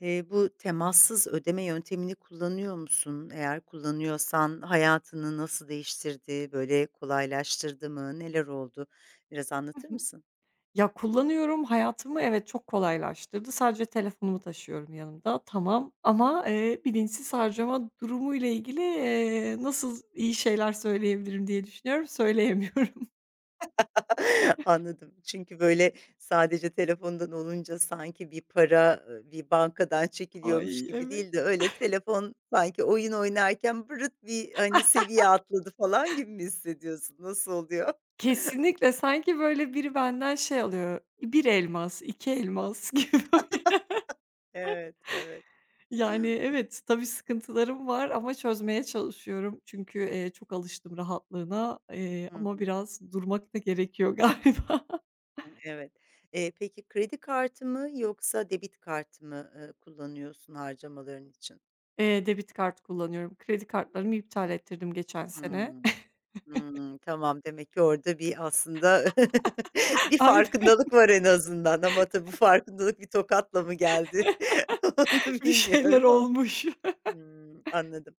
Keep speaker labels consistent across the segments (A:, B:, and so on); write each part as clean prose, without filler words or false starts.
A: Bu temassız ödeme yöntemini kullanıyor musun? Eğer kullanıyorsan hayatını nasıl değiştirdi, böyle, kolaylaştırdı mı, neler oldu? Biraz
B: Hı
A: anlatır
B: hı.
A: mısın?
B: Ya, kullanıyorum. Hayatımı evet, çok kolaylaştırdı. Sadece telefonumu taşıyorum yanımda, tamam ama, bilinçsiz harcama durumuyla ilgili, nasıl iyi şeyler söyleyebilirim diye düşünüyorum, söyleyemiyorum.
A: Anladım. Çünkü, böyle, sadece telefondan olunca sanki bir para, bir bankadan çekiliyormuş
B: Ay,
A: gibi
B: evet.
A: değil de öyle telefon sanki oyun oynarken bırıt bir, hani, seviye atladı falan gibi mi hissediyorsun? Nasıl oluyor?
B: Kesinlikle. Sanki, böyle, biri benden şey alıyor, bir elmas, 2 elmas gibi.
A: Evet, evet.
B: Yani, evet, tabii sıkıntılarım var ama çözmeye çalışıyorum. Çünkü, çok alıştım rahatlığına,
A: Hı
B: ama
A: hı.
B: biraz durmak da gerekiyor galiba.
A: Hımm, evet. Peki kredi kartı mı yoksa debit kartı mı kullanıyorsun harcamaların için?
B: Debit kart kullanıyorum. Kredi kartlarımı iptal ettirdim geçen sene.
A: Hımm. Hımm, tamam. Demek ki orada bir aslında bir
B: Aynı
A: farkındalık var en azından ama tabii bu farkındalık bir tokatla mı geldi onu
B: bir şeyler
A: bilmiyorum ama.
B: olmuş.
A: Hımm, anladım.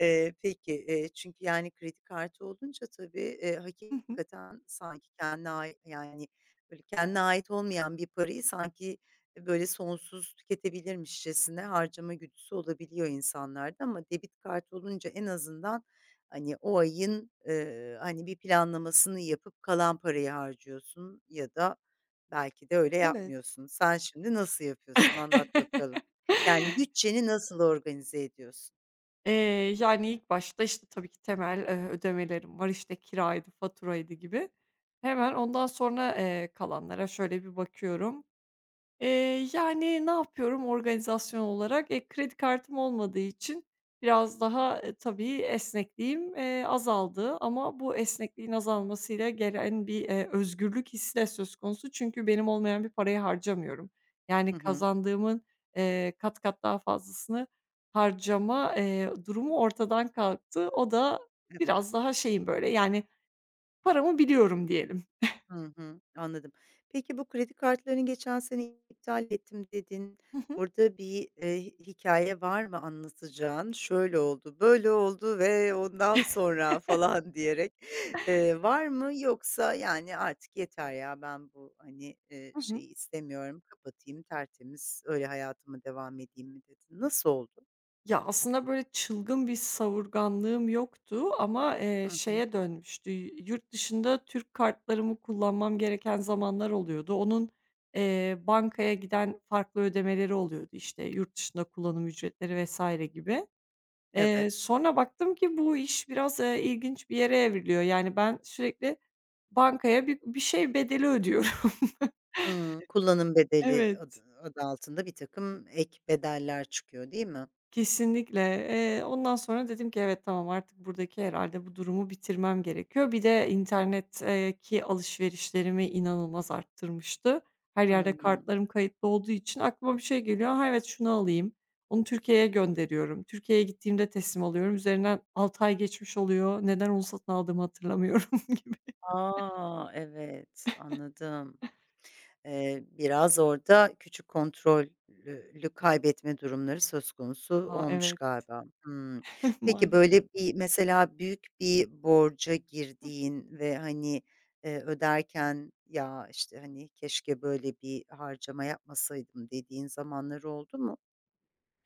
A: Peki, çünkü, yani, kredi kartı olunca tabii,
B: Hı hı.
A: hakikaten sanki kendine ai yani, böyle, kendine ait olmayan bir parayı sanki, böyle, sonsuz tüketebilirmişçesine harcama güdüsü olabiliyor insanlarda ama debit kartı olunca en azından, hani, o ayın, hani, bir planlamasını yapıp kalan parayı harcıyorsun ya da belki de öyle
B: Evet.
A: yapmıyorsun. Sen şimdi nasıl yapıyorsun? Anlat bakalım. Yani, bütçeni nasıl organize ediyorsun?
B: Eee, yani, ilk başta, işte, tabii ki temel, ödemelerim var, işte, kiraydı, faturaydı gibi. Hemen ondan sonra, kalanlara şöyle bir bakıyorum. Yani, ne yapıyorum organizasyon olarak? Kredi kartım olmadığı için biraz daha, tabii esnekliğim, azaldı ama bu esnekliğin azalmasıyla gelen bir, özgürlük hissi de söz konusu. Çünkü benim olmayan bir parayı harcamıyorum.
A: Hı
B: Yani,
A: hı.
B: kazandığımın, kat kat daha fazlasını harcama, durumu ortadan kalktı. O da
A: Evet.
B: biraz daha şeyim, böyle, yani, paramı biliyorum diyelim.
A: Hı hı. Anladım. Peki, bu kredi kartlarını geçen sene iptal ettim dedin. Orada bir, hikâye var mı anlatacağın? "Şöyle oldu, böyle oldu ve ondan sonra" falan diyerek, var mı? Yoksa, yani, "Artık yeter ya, ben bu, hani, şeyi istemiyorum, kapatayım, tertemiz, öyle hayatıma devam edeyim." mi dedin? Nasıl oldu?
B: Ya, aslında, böyle, çılgın bir savurganlığım yoktu ama,
A: Hı hı.
B: şeye dönmüştü, yurt dışında Türk kartlarımı kullanmam gereken zamanlar oluyordu. Onun, bankaya giden farklı ödemeleri oluyordu, işte, yurt dışında kullanım ücretleri vesaire gibi.
A: Evet.
B: Sonra baktım ki bu iş biraz, ilginç bir yere evriliyor. Yani, ben sürekli bankaya bir şey bedeli ödüyorum.
A: Hımm. Kullanım bedeli
B: Evet.
A: adı altında birtakım ek bedeller çıkıyor, değil mi?
B: Kesinlikle. Ondan sonra dedim ki evet, tamam, artık buradaki herhalde bu durumu bitirmem gerekiyor. Bir de internet alışverişlerimi inanılmaz arttırmıştı. Her
A: Hı
B: yerde
A: hı.
B: kartlarım kayıtlı olduğu için aklıma bir şey geliyor. Ha, evet, şunu alayım. Onu Türkiye'ye gönderiyorum. Türkiye'ye gittiğimde teslim alıyorum. Üzerinden 6 ay geçmiş oluyor. Neden onu satın aldığımı hatırlamıyorum gibi.
A: A! Evet, anladım. Biraz orada küçük kontrollü kaybetme durumları söz konusu
B: A,
A: olmuş
B: evet.
A: galiba. Hımm. Peki,
B: Maalesef.
A: böyle bir mesela büyük bir borca girdiğin ve, hani, öderken "Ya, işte, hani, keşke böyle bir harcama yapmasaydım." dediğin zamanlar oldu mu?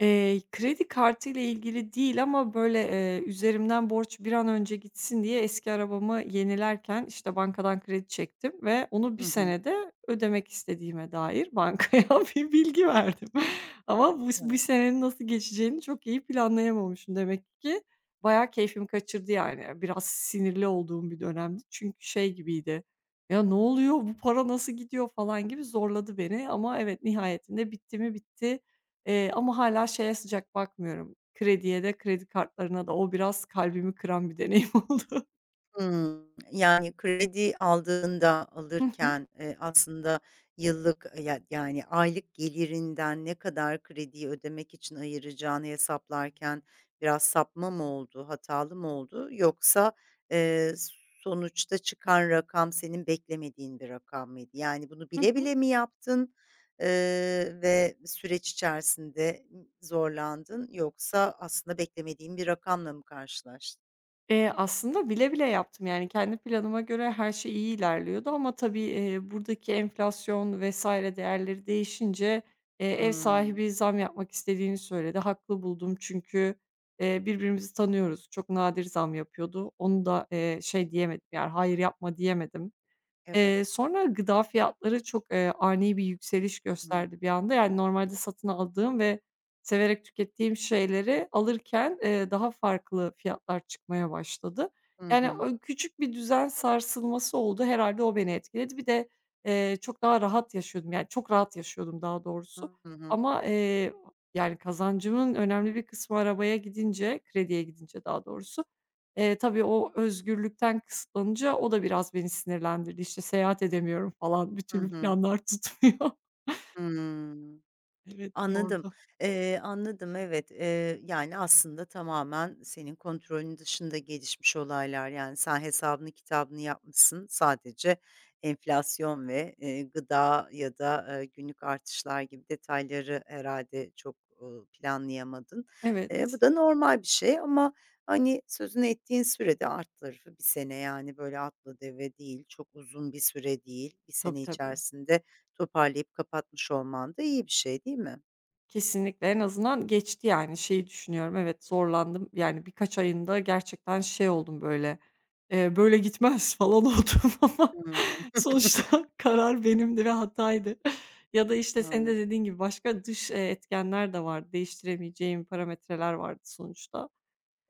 B: Kredi kartı ile ilgili değil ama, böyle, üzerimden borç bir an önce gitsin diye eski arabamı yenilerken, işte, bankadan kredi çektim ve onu 1
A: Hı hı.
B: senede ödemek istediğime dair bankaya bir bilgi verdim. Ama bu bir
A: Evet.
B: senenin nasıl geçeceğini çok iyi planlayamamışım demek ki. Bayağı keyfimi kaçırdı yani. Biraz sinirli olduğum bir dönemdi. Çünkü şey gibiydi: "Ya, ne oluyor? Bu para nasıl gidiyor?" falan gibi zorladı beni ama evet, nihayetinde bitti mi bitti. Ama hâlâ şeye sıcak bakmıyorum, krediye de kredi kartlarına da. O biraz kalbimi kıran bir deneyim oldu.
A: Hımm. Yani kredi aldığında,
B: Hı hı.
A: alırken, aslında yıllık, ya yani aylık gelirinden ne kadar krediyi ödemek için ayıracağını hesaplarken biraz sapma mı oldu, hatalı mı oldu? Yoksa, eee, sonuçta çıkan rakam senin beklemediğin bir rakam mıydı? Yani bunu
B: Hı
A: bile
B: hı.
A: bile mi yaptın, ve süreç içerisinde zorlandın yoksa aslında beklemediğin bir rakamla mı karşılaştın?
B: Aslında bile bile yaptım, yani, kendi planıma göre her şey iyi ilerliyordu ama tabii, buradaki enflasyon vs. değerleri değişince, ev
A: Hımm.
B: sahibi zam yapmak istediğini söyledi. Haklı buldum çünkü, birbirimizi tanıyoruz. Çok nadir zam yapıyordu. Onu da, şey diyemedim, yani, hayır yapma diyemedim.
A: Evet.
B: Sonra gıda fiyatları çok, ani bir yükseliş
A: Hı hı.
B: gösterdi bir anda. Yani, normalde satın aldığım ve severek tükettiğim şeyleri alırken, daha farklı fiyatlar çıkmaya başladı.
A: Hı
B: Yani,
A: hı.
B: o küçük bir düzen sarsılması oldu. Herhâlde o beni etkiledi. Bir de, çok daha rahat yaşıyordum. Yani, çok rahat yaşıyordum daha doğrusu
A: Hı hı.
B: ama, yani, kazancımın önemli bir kısmı arabaya gidince, krediye gidince daha doğrusu. Tabii o özgürlükten kısıtlanınca o da biraz beni sinirlendirdi. İşte, seyahat edemiyorum falan, bir
A: Hı
B: türlü
A: hı.
B: planlar tutmuyor.
A: Hıı.
B: Evet,
A: Anladım.
B: yordu.
A: Anladım, evet. Yani, aslında tamamen senin kontrolün dışında gelişmiş olaylar. Yani, sen hesabını kitabını yapmışsın. Sadece enflasyon ve, gıda ya da, günlük artışlar gibi detayları herhalde çok planlayamadın.
B: Evet,
A: Bu da normal bir şey ama, hani, sözünü ettiğin sürede alt tarafı bir sene, yani, böyle atla deve değil, çok uzun bir süre değil. Bir
B: tabii,
A: sene
B: tabii.
A: içerisinde toparlayıp kapatmış olman da iyi bir şey, değil mi?
B: Kesinlikle. En azından geçti yani. Şeyi düşünüyorum, evet, zorlandım. Yani birkaç ayında gerçekten şey oldum böyle, "Böyle gitmez." falan oldum ama
A: Hımm,
B: sonuçta karar benimdi ve hataydı. Ya da, işte, senin de
A: anladım.
B: dediğin gibi başka dış, etkenler de vardı. Değiştiremeyeceğim parametreler vardı sonuçta.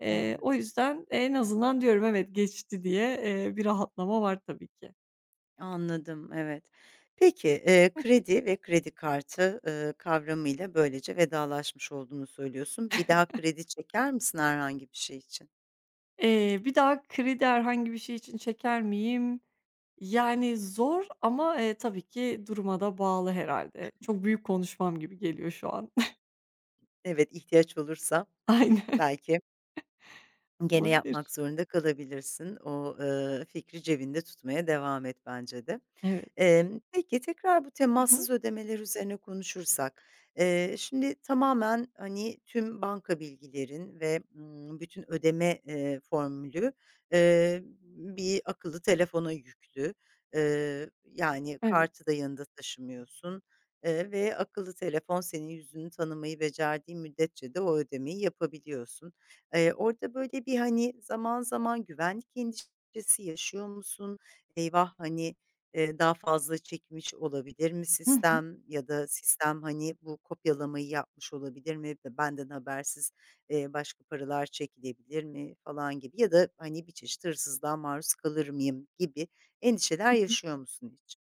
B: O
A: Evet,
B: yüzden en azından diyorum, evet, geçti diye, bir rahatlama var tabii ki.
A: anladım, evet. Peki, kredi ve kredi kartı kavramıyla böylece vedalaşmış olduğunu söylüyorsun. Bir daha kredi çeker misin herhangi bir şey için?
B: Bir daha kredi herhangi bir şey için çeker miyim? Yani zor ama, tabii ki duruma da bağlı herhalde. Çok büyük konuşmam gibi geliyor şu an.
A: Evet, ihtiyaç olursa
B: Aynen.
A: belki gene yapmak
B: Olabilir.
A: zorunda kalabilirsin. O fikri cebinde tutmaya devam et bence de.
B: Evet.
A: Peki tekrar bu
B: Hı hı.
A: temassız ödemeler üzerine konuşursak, şimdi tamamen, hani, tüm banka bilgilerin ve, bütün ödeme, formülü, eee, bir akıllı telefona yüklü. Yani
B: Evet.
A: kartı da yanında taşımıyorsun, ve akıllı telefon senin yüzünü tanımayı becerdiği müddetçe de o ödemeyi yapabiliyorsun. Orada böyle bir, hani, zaman zaman güvenlik endişesi yaşıyor musun? "Eyvah, hani, daha fazla çekmiş olabilir mi
B: Hı hı.
A: sistem ya da sistem, hani, bu kopyalamayı yapmış olabilir mi? Benden habersiz, başka paralar çekilebilir mi falan gibi ya da, hani, bir çeşit hırsızlığa maruz kalır mıyım gibi endişeler yaşıyor musun hiç?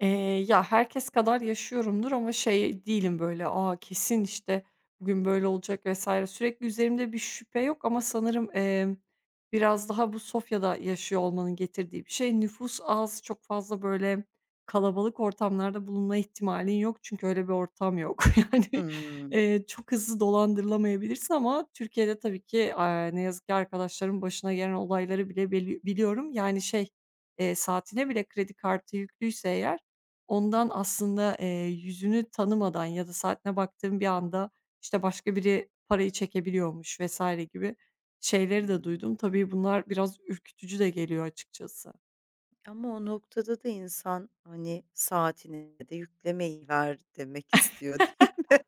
B: Ya, herkes kadar yaşıyorumdur ama şey değilim böyle, Aa kesin, işte, bugün böyle olacak, vesaire. Sürekli üzerimde bir şüphe yok ama sanırım, biraz daha bu Sofya'da yaşıyor olmanın getirdiği bir şey. Nüfus az, çok fazla böyle kalabalık ortamlarda bulunma ihtimalin yok çünkü öyle bir ortam yok. Yani,
A: Hımm.
B: çok hızlı dolandırılamayabilirsin ama Türkiye'de tabii ki, ne yazık ki arkadaşlarımın başına gelen olayları bile biliyorum. Yani, şey, saatine bile kredi kartı yüklüyse eğer, ondan aslında, yüzünü tanımadan ya da saatine baktığım bir anda, işte, başka biri parayı çekebiliyormuş vesaire gibi şeyleri de duydum. Tabii bunlar biraz ürkütücü de geliyor açıkçası.
A: Ama o noktada da insan, hani, saatine de yüklemeyi ver demek istiyor, değil mi?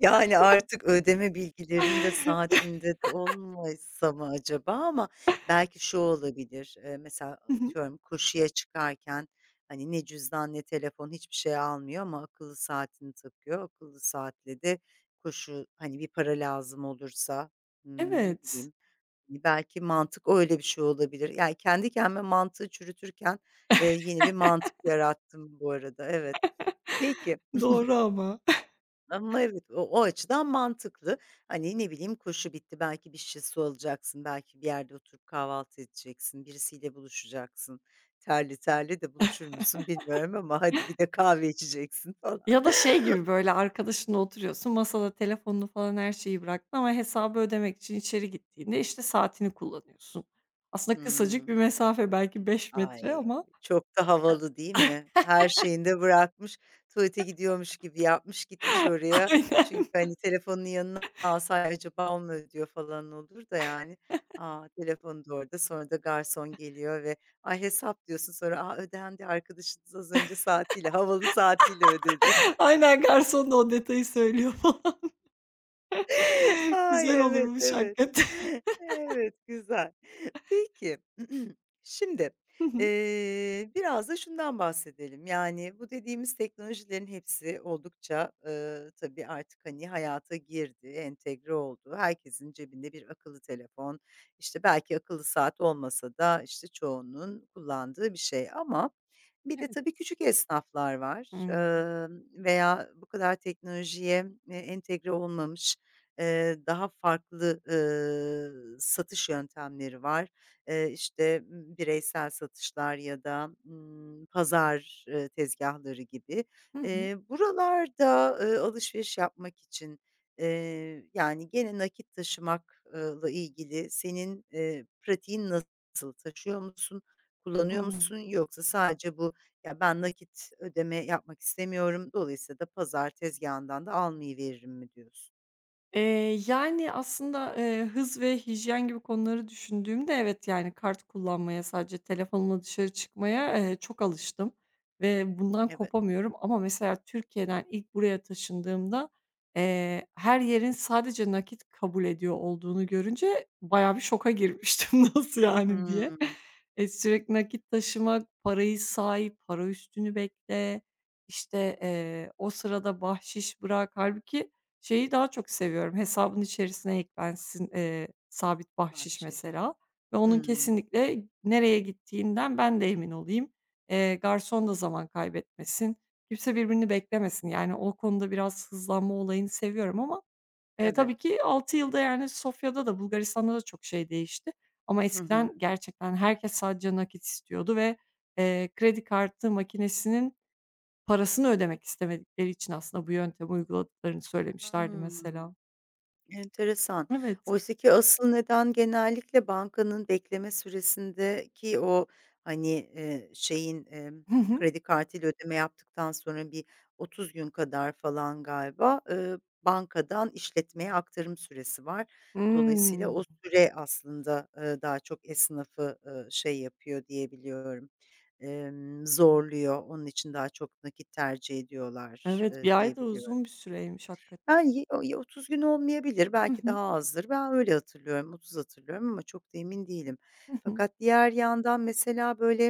A: Yani, artık ödeme bilgilerinde saatinde de olmasa mı acaba? Ama belki şu olabilir, mesela atıyorum koşuya çıkarken, hani, ne cüzdan ne telefon hiçbir şey almıyor ama akıllı saatini takıyor. Akıllı saatle de koşu, hani, bir para lazım olursa, ne
B: Evet.
A: bileyim, hani, belki mantık öyle bir şey olabilir. Yani, kendi kendime mantığı çürütürken, yeni bir mantık yarattım bu arada. Evet. Peki.
B: Doğru ama.
A: Ama evet, o açıdan mantıklı. Hani, ne bileyim, koşu bitti, belki bir şişe su alacaksın, belki bir yerde oturup kahvaltı edeceksin, birisiyle buluşacaksın. Terli terli de buluşur musun bilmiyorum ama hadi bir de kahve içeceksin falan.
B: Ya da şey gibi, böyle, arkadaşınla oturuyorsun, masada telefonunu falan her şeyi bıraktın ama hesabı ödemek için içeri gittiğinde, işte, saatini kullanıyorsun. Aslında kısacık bir
A: Hımm.
B: mesafe, belki 5 metre
A: Ay,
B: ama.
A: çok da havalı değil mi? Her şeyini de bırakmış, tuvalete gidiyormuş gibi yapmış, gitmiş oraya.
B: Aynen.
A: Çünkü, hani, telefonunu yanına alsa, "Ay, acaba o mu ödüyor?" falan olur da yani. A, telefonu da orada, sonra da garson geliyor ve "Ay, hesap." diyorsun, sonra, "A, ödendi, arkadaşınız az önce saatiyle, havalı saatiyle ödedi."
B: Aynen, garson da o detayı söylüyor. Güzel
A: Ay, evet,
B: olurmuş
A: evet.
B: hakikaten.
A: Evet, güzel. Peki, şimdi,
B: Hı hı.
A: biraz da şundan bahsedelim. Yani, bu dediğimiz teknolojilerin hepsi oldukça tabii artık, hani, hayata girdi, entegre oldu. Herkesin cebinde bir akıllı telefon, işte, belki akıllı saat olmasa da, işte, çoğunun kullandığı bir şey ama bir de
B: Evet.
A: tabii küçük esnaflar var,
B: Hımm.
A: veya bu kadar teknolojiye, entegre olmamış. Daha farklı satış yöntemleri var. İşte, bireysel satışlar ya da, pazar, tezgâhları gibi.
B: Hı hı.
A: Buralarda alışveriş yapmak için, yani, gene nakit taşımakla ilgili senin, pratiğin nasıl? Taşıyor musun? Kullanıyor
B: Hıı.
A: musun? Yoksa sadece bu, "Ya, ben nakit ödeme yapmak istemiyorum. Dolayısıyla da pazar tezgahından da almayıveririm." mi diyorsun?
B: Yani, aslında, hız ve hijyen gibi konuları düşündüğümde evet, yani, kart kullanmaya, sadece telefonla dışarı çıkmaya, çok alıştım ve bundan
A: Evet.
B: kopamıyorum ama mesela Türkiye'den ilk buraya taşındığımda, her yerin sadece nakit kabul ediyor olduğunu görünce bayağı bir şoka girmiştim "Nasıl yani?" diye.
A: Hımm.
B: Sürekli nakit taşımak, parayı say, para üstünü bekle, işte, o sırada bahşiş bırak. Hâlbuki şeyi daha çok seviyorum, hesabın içerisine eklensin, sabit bahşiş
A: Bahşiş.
B: mesela ve onun
A: Hımm.
B: kesinlikle nereye gittiğinden ben de emin olayım. Garson da zaman kaybetmesin, kimse birbirini beklemesin. Yani, o konuda biraz hızlanma olayını seviyorum ama,
A: Evet.
B: tabii ki 6 yılda, yani, Sofya'da da Bulgaristan'da da çok şey değişti ama
A: Hı hı.
B: eskiden gerçekten herkes sadece nakit istiyordu ve, kredi kartı makinesinin parasını ödemek istemedikleri için aslında bu yöntemi uyguladıklarını söylemişlerdi
A: Hıı.
B: mesela.
A: Enteresan.
B: Evet.
A: Oysaki asıl neden genellikle bankanın bekleme süresindeki o, hani, şeyin,
B: Hı hı.
A: kredi kartıyla ödeme yaptıktan sonra bir 30 gün kadar falan galiba, bankadan işletmeye aktarım süresi var. Dolayısıyla
B: Hımm.
A: o süre aslında, daha çok esnafı, şey yapıyor diyebiliyorum. Biliyorum, zorluyor. Onun için daha çok nakit tercih ediyorlar,
B: Evet, bir
A: diye
B: ay da uzun bir süreymiş hakikaten.
A: ben ye o ya 30 gün olmayabilir,
B: Hı
A: belki
B: hı.
A: daha azdır. Ben öyle hatırlıyorum, 30 hatırlıyorum ama çok da emin değilim.
B: Hı hı.
A: Fakat diğer yandan mesela, böyle,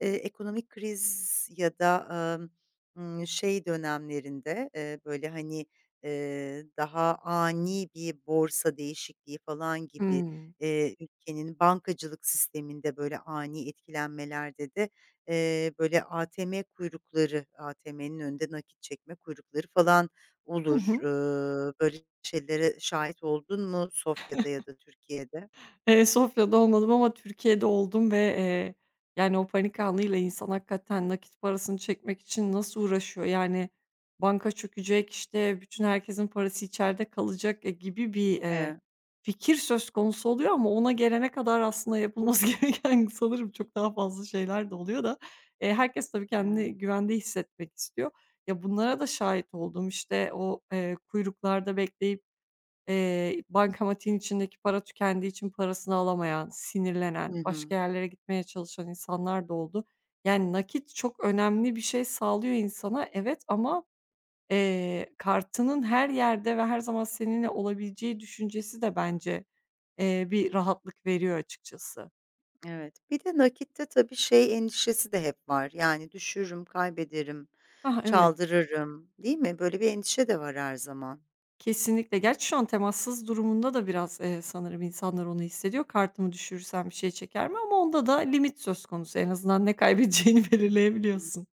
A: ekonomik kriz ya da, emm, şey dönemlerinde, böyle, hani, daha ani bir borsa değişikliği falan gibi,
B: Hımm.
A: ülkenin bankacılık sisteminde, böyle, ani etkilenmelerde de, böyle, ATM kuyrukları, ATM'nin önünde nakit çekme kuyrukları falan
B: Hı
A: olur.
B: hı.
A: Böyle şeylere şahit oldun mu Sofya'da ya da Türkiye'de?
B: Sofya'da olmadım ama Türkiye'de oldum ve, yani, o panik anıyla insan hakikaten nakit parasını çekmek için nasıl uğraşıyor? Yani, banka çökecek, işte, bütün herkesin parası içeride kalacak, gibi bir,
A: Evet,
B: fikir söz konusu oluyor ama ona gelene kadar aslında yapılması gereken sanırım çok daha fazla şeyler de oluyor da, herkes tabii
A: evet.
B: kendini güvende hissetmek istiyor. Ya, bunlara da şahit oldum. İşte, o, kuyruklarda bekleyip bankamatiğin içindeki para tükendiği için parasını alamayan,
A: Hı
B: sinirlenen, başka
A: hı.
B: yerlere gitmeye çalışan insanlar da oldu. Yani nakit çok önemli bir şey sağlıyor insana, evet, ama, kartının her yerde ve her zaman seninle olabileceği düşüncesi de bence, bir rahatlık veriyor açıkçası.
A: Evet. Bir de nakitte tabii şey endişesi de hep var. Yani düşürürüm, kaybederim,
B: Hah, evet,
A: çaldırırım, değil mi? Böyle bir endişe de var her zaman.
B: kesinlikle. Gerçi şu an temassız durumunda da biraz, sanırım insanlar onu hissediyor. Kartımı düşürürsem bir şey çeker mi? Ama onda da limit söz konusu. En azından ne kaybedeceğini belirleyebiliyorsun.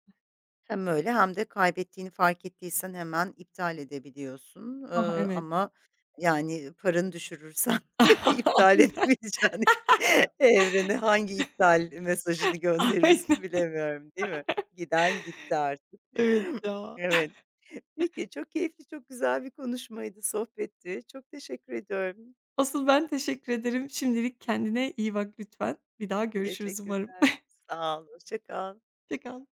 A: Hem öyle hem de kaybettiğini fark ettiysen hemen iptal edebiliyorsun.
B: Ah, evet.
A: Ama yani paranı düşürürsen iptal edemeyeceğin evrene hangi iptal mesajını
B: Aynen,
A: gönderirsin
B: aynen.
A: bilemiyorum, değil mi? Giden gitti artık.
B: Evet ya.
A: Evet. Peki, çok keyifli, çok güzel bir konuşmaydı, sohbetti. Çok teşekkür ediyorum.
B: Asıl ben teşekkür ederim. Şimdilik kendine iyi bak lütfen. Bir daha görüşürüz umarım.
A: Teşekkürler. Sağ ol, hoşça kal.
B: Hoşça kal.